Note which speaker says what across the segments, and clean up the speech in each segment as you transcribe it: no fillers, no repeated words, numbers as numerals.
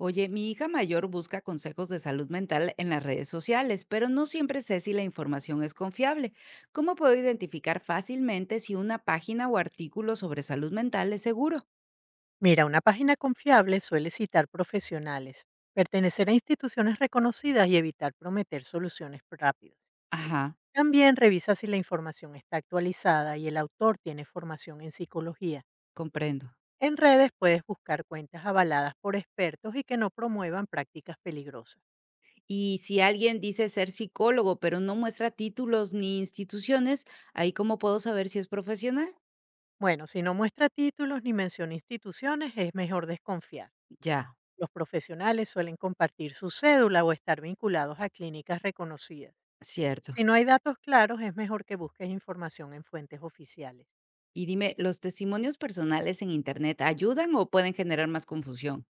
Speaker 1: Oye, mi hija mayor busca consejos de salud mental en las redes sociales, pero no siempre sé si la información es confiable. ¿Cómo puedo identificar fácilmente si una página o artículo sobre salud mental es seguro?
Speaker 2: Mira, una página confiable suele citar profesionales, pertenecer a instituciones reconocidas y evitar prometer soluciones rápidas.
Speaker 1: Ajá,
Speaker 2: También revisa si la información está actualizada y el autor tiene formación en psicología.
Speaker 1: comprendo.
Speaker 2: En redes puedes buscar cuentas avaladas por expertos y que no promuevan prácticas peligrosas.
Speaker 1: Y si alguien dice ser psicólogo, pero no muestra títulos ni instituciones, ahí cómo puedo saber si es profesional.
Speaker 2: Bueno, si no muestra títulos ni menciona instituciones, es mejor desconfiar.
Speaker 1: Ya,
Speaker 2: Los profesionales suelen compartir su cédula o estar vinculados a clínicas reconocidas.
Speaker 1: cierto.
Speaker 2: Si no hay datos claros, es mejor que busques información en fuentes oficiales.
Speaker 1: Y dime, ¿los testimonios personales en Internet ayudan o pueden generar más confusión?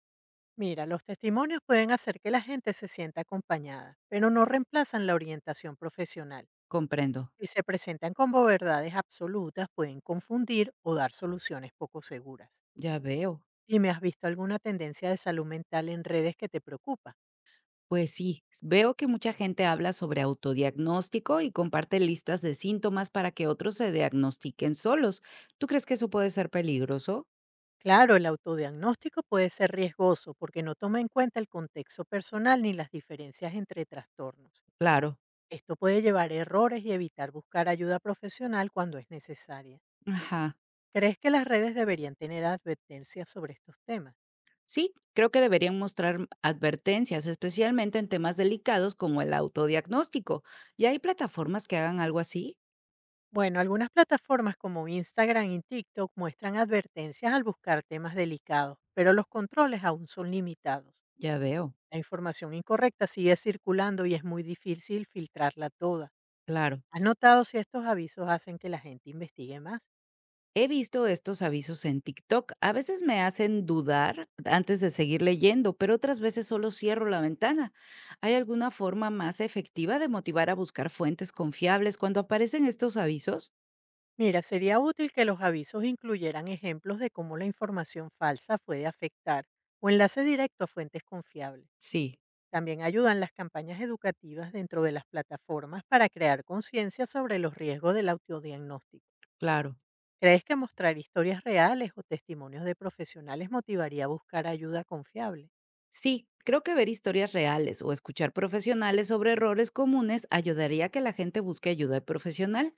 Speaker 2: Mira, los testimonios pueden hacer que la gente se sienta acompañada, pero no reemplazan la orientación profesional.
Speaker 1: Comprendo.
Speaker 2: Si se presentan como verdades absolutas, pueden confundir o dar soluciones poco seguras.
Speaker 1: Ya veo.
Speaker 2: Dime, ¿has visto alguna tendencia de salud mental en redes que te preocupa?
Speaker 1: Pues sí, veo que mucha gente habla sobre autodiagnóstico y comparte listas de síntomas para que otros se diagnostiquen solos. ¿Tú crees que eso puede ser peligroso?
Speaker 2: Claro, el autodiagnóstico puede ser riesgoso porque no toma en cuenta el contexto personal ni las diferencias entre trastornos.
Speaker 1: Claro.
Speaker 2: Esto puede llevar a errores y evitar buscar ayuda profesional cuando es necesaria.
Speaker 1: Ajá.
Speaker 2: ¿Crees que las redes deberían tener advertencias sobre estos temas?
Speaker 1: Sí, creo que deberían mostrar advertencias, especialmente en temas delicados como el autodiagnóstico. ¿Y hay plataformas que hagan algo así?
Speaker 2: Bueno, algunas plataformas como Instagram y TikTok muestran advertencias al buscar temas delicados, pero los controles aún son limitados.
Speaker 1: Ya veo,
Speaker 2: La información incorrecta sigue circulando y es muy difícil filtrarla toda.
Speaker 1: claro.
Speaker 2: ¿Has notado si estos avisos hacen que la gente investigue más?
Speaker 1: He visto estos avisos en TikTok. A veces me hacen dudar antes de seguir leyendo, pero otras veces solo cierro la ventana. ¿Hay alguna forma más efectiva de motivar a buscar fuentes confiables cuando aparecen estos avisos?
Speaker 2: Mira, sería útil que los avisos incluyeran ejemplos de cómo la información falsa puede afectar o enlace directo a fuentes confiables.
Speaker 1: Sí,
Speaker 2: También ayudan las campañas educativas dentro de las plataformas para crear conciencia sobre los riesgos del autodiagnóstico.
Speaker 1: claro.
Speaker 2: ¿Crees que mostrar historias reales o testimonios de profesionales motivaría a buscar ayuda confiable?
Speaker 1: Sí, creo que ver historias reales o escuchar profesionales sobre errores comunes ayudaría a que la gente busque ayuda profesional.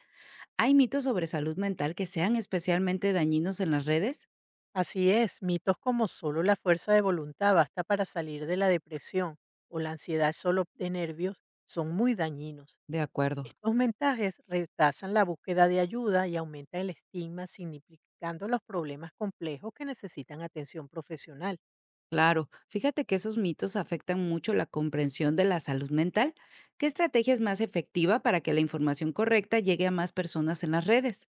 Speaker 1: ¿Hay mitos sobre salud mental que sean especialmente dañinos en las redes?
Speaker 2: Así es, mitos como solo la fuerza de voluntad basta para salir de la depresión o la ansiedad solo de nervios son muy dañinos.
Speaker 1: De acuerdo.
Speaker 2: Estos mensajes retrasan la búsqueda de ayuda y aumentan el estigma, significando los problemas complejos que necesitan atención profesional.
Speaker 1: Claro, fíjate que esos mitos afectan mucho la comprensión de la salud mental. ¿Qué estrategia es más efectiva para que la información correcta llegue a más personas en las redes?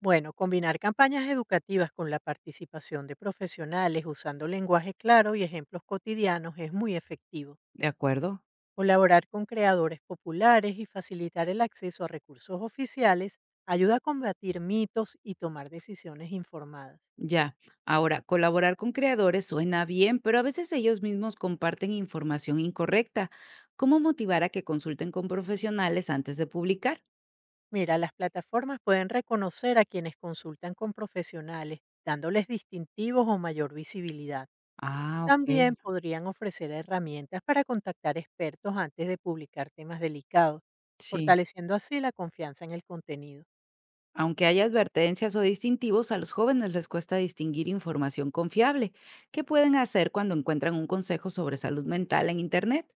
Speaker 2: Bueno, combinar campañas educativas con la participación de profesionales usando lenguaje claro y ejemplos cotidianos es muy efectivo.
Speaker 1: ¿De acuerdo?
Speaker 2: Colaborar con creadores populares y facilitar el acceso a recursos oficiales ayuda a combatir mitos y tomar decisiones informadas.
Speaker 1: Ya. Ahora, colaborar con creadores suena bien, pero a veces ellos mismos comparten información incorrecta. ¿Cómo motivar a que consulten con profesionales antes de publicar?
Speaker 2: Mira, las plataformas pueden reconocer a quienes consultan con profesionales, dándoles distintivos o mayor visibilidad.
Speaker 1: Ah, ok.
Speaker 2: También podrían ofrecer herramientas para contactar expertos antes de publicar temas delicados,
Speaker 1: Sí.
Speaker 2: fortaleciendo así la confianza en el contenido.
Speaker 1: Aunque hay advertencias o distintivos, a los jóvenes les cuesta distinguir información confiable. ¿Qué pueden hacer cuando encuentran un consejo sobre salud mental en Internet?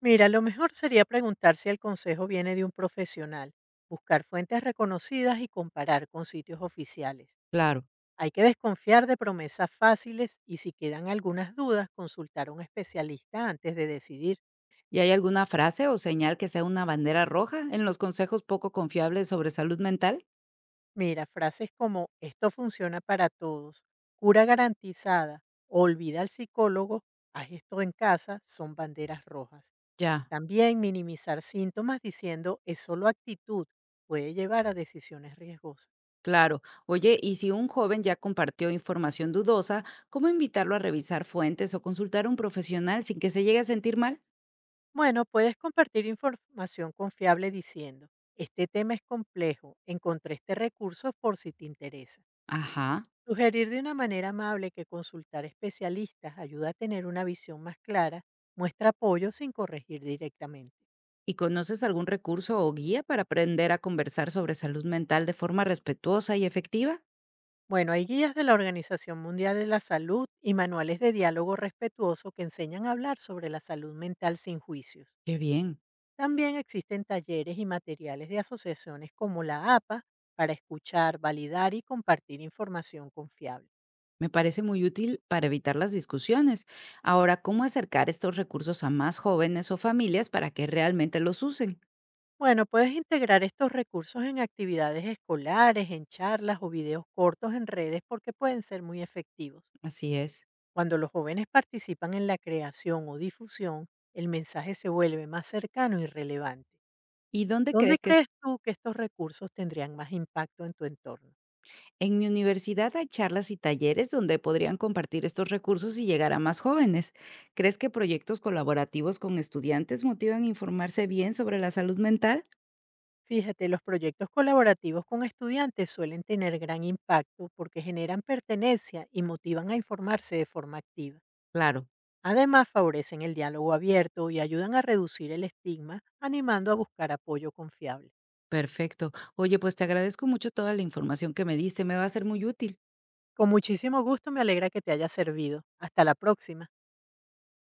Speaker 2: Mira, lo mejor sería preguntar si el consejo viene de un profesional, buscar fuentes reconocidas y comparar con sitios oficiales.
Speaker 1: Claro.
Speaker 2: Hay que desconfiar de promesas fáciles y si quedan algunas dudas, consultar a un especialista antes de decidir.
Speaker 1: ¿Y hay alguna frase o señal que sea una bandera roja en los consejos poco confiables sobre salud mental?
Speaker 2: Mira, frases como esto funciona para todos, cura garantizada, olvida al psicólogo, haz esto en casa, son banderas rojas.
Speaker 1: Ya.
Speaker 2: También minimizar síntomas diciendo es solo actitud puede llevar a decisiones riesgosas.
Speaker 1: Claro. Oye, y si un joven ya compartió información dudosa, ¿cómo invitarlo a revisar fuentes o consultar a un profesional sin que se llegue a sentir mal?
Speaker 2: Bueno, puedes compartir información confiable diciendo, este tema es complejo, encontré este recurso por si te interesa.
Speaker 1: Ajá.
Speaker 2: Sugerir de una manera amable que consultar especialistas ayuda a tener una visión más clara, muestra apoyo sin corregir directamente.
Speaker 1: ¿Y conoces algún recurso o guía para aprender a conversar sobre salud mental de forma respetuosa y efectiva?
Speaker 2: Bueno, hay guías de la Organización Mundial de la Salud y manuales de diálogo respetuoso que enseñan a hablar sobre la salud mental sin juicios.
Speaker 1: Qué bien,
Speaker 2: También existen talleres y materiales de asociaciones como la APA para escuchar, validar y compartir información confiable.
Speaker 1: me parece muy útil para evitar las discusiones. Ahora, ¿cómo acercar estos recursos a más jóvenes o familias para que realmente los usen?
Speaker 2: Bueno, puedes integrar estos recursos en actividades escolares, en charlas o videos cortos en redes porque pueden ser muy efectivos.
Speaker 1: Así es.
Speaker 2: Cuando los jóvenes participan en la creación o difusión, el mensaje se vuelve más cercano y relevante.
Speaker 1: ¿Y dónde
Speaker 2: ¿Dónde
Speaker 1: crees que es?
Speaker 2: crees tú que estos recursos tendrían más impacto en tu entorno?
Speaker 1: En mi universidad hay charlas y talleres donde podrían compartir estos recursos y llegar a más jóvenes. ¿Crees que proyectos colaborativos con estudiantes motivan a informarse bien sobre la salud mental?
Speaker 2: Fíjate, los proyectos colaborativos con estudiantes suelen tener gran impacto porque generan pertenencia y motivan a informarse de forma activa.
Speaker 1: Claro.
Speaker 2: Además, favorecen el diálogo abierto y ayudan a reducir el estigma, animando a buscar apoyo confiable.
Speaker 1: Perfecto. Oye, pues te agradezco mucho toda la información que me diste, me va a ser muy útil.
Speaker 2: Con muchísimo gusto me alegra que te haya servido. Hasta la próxima.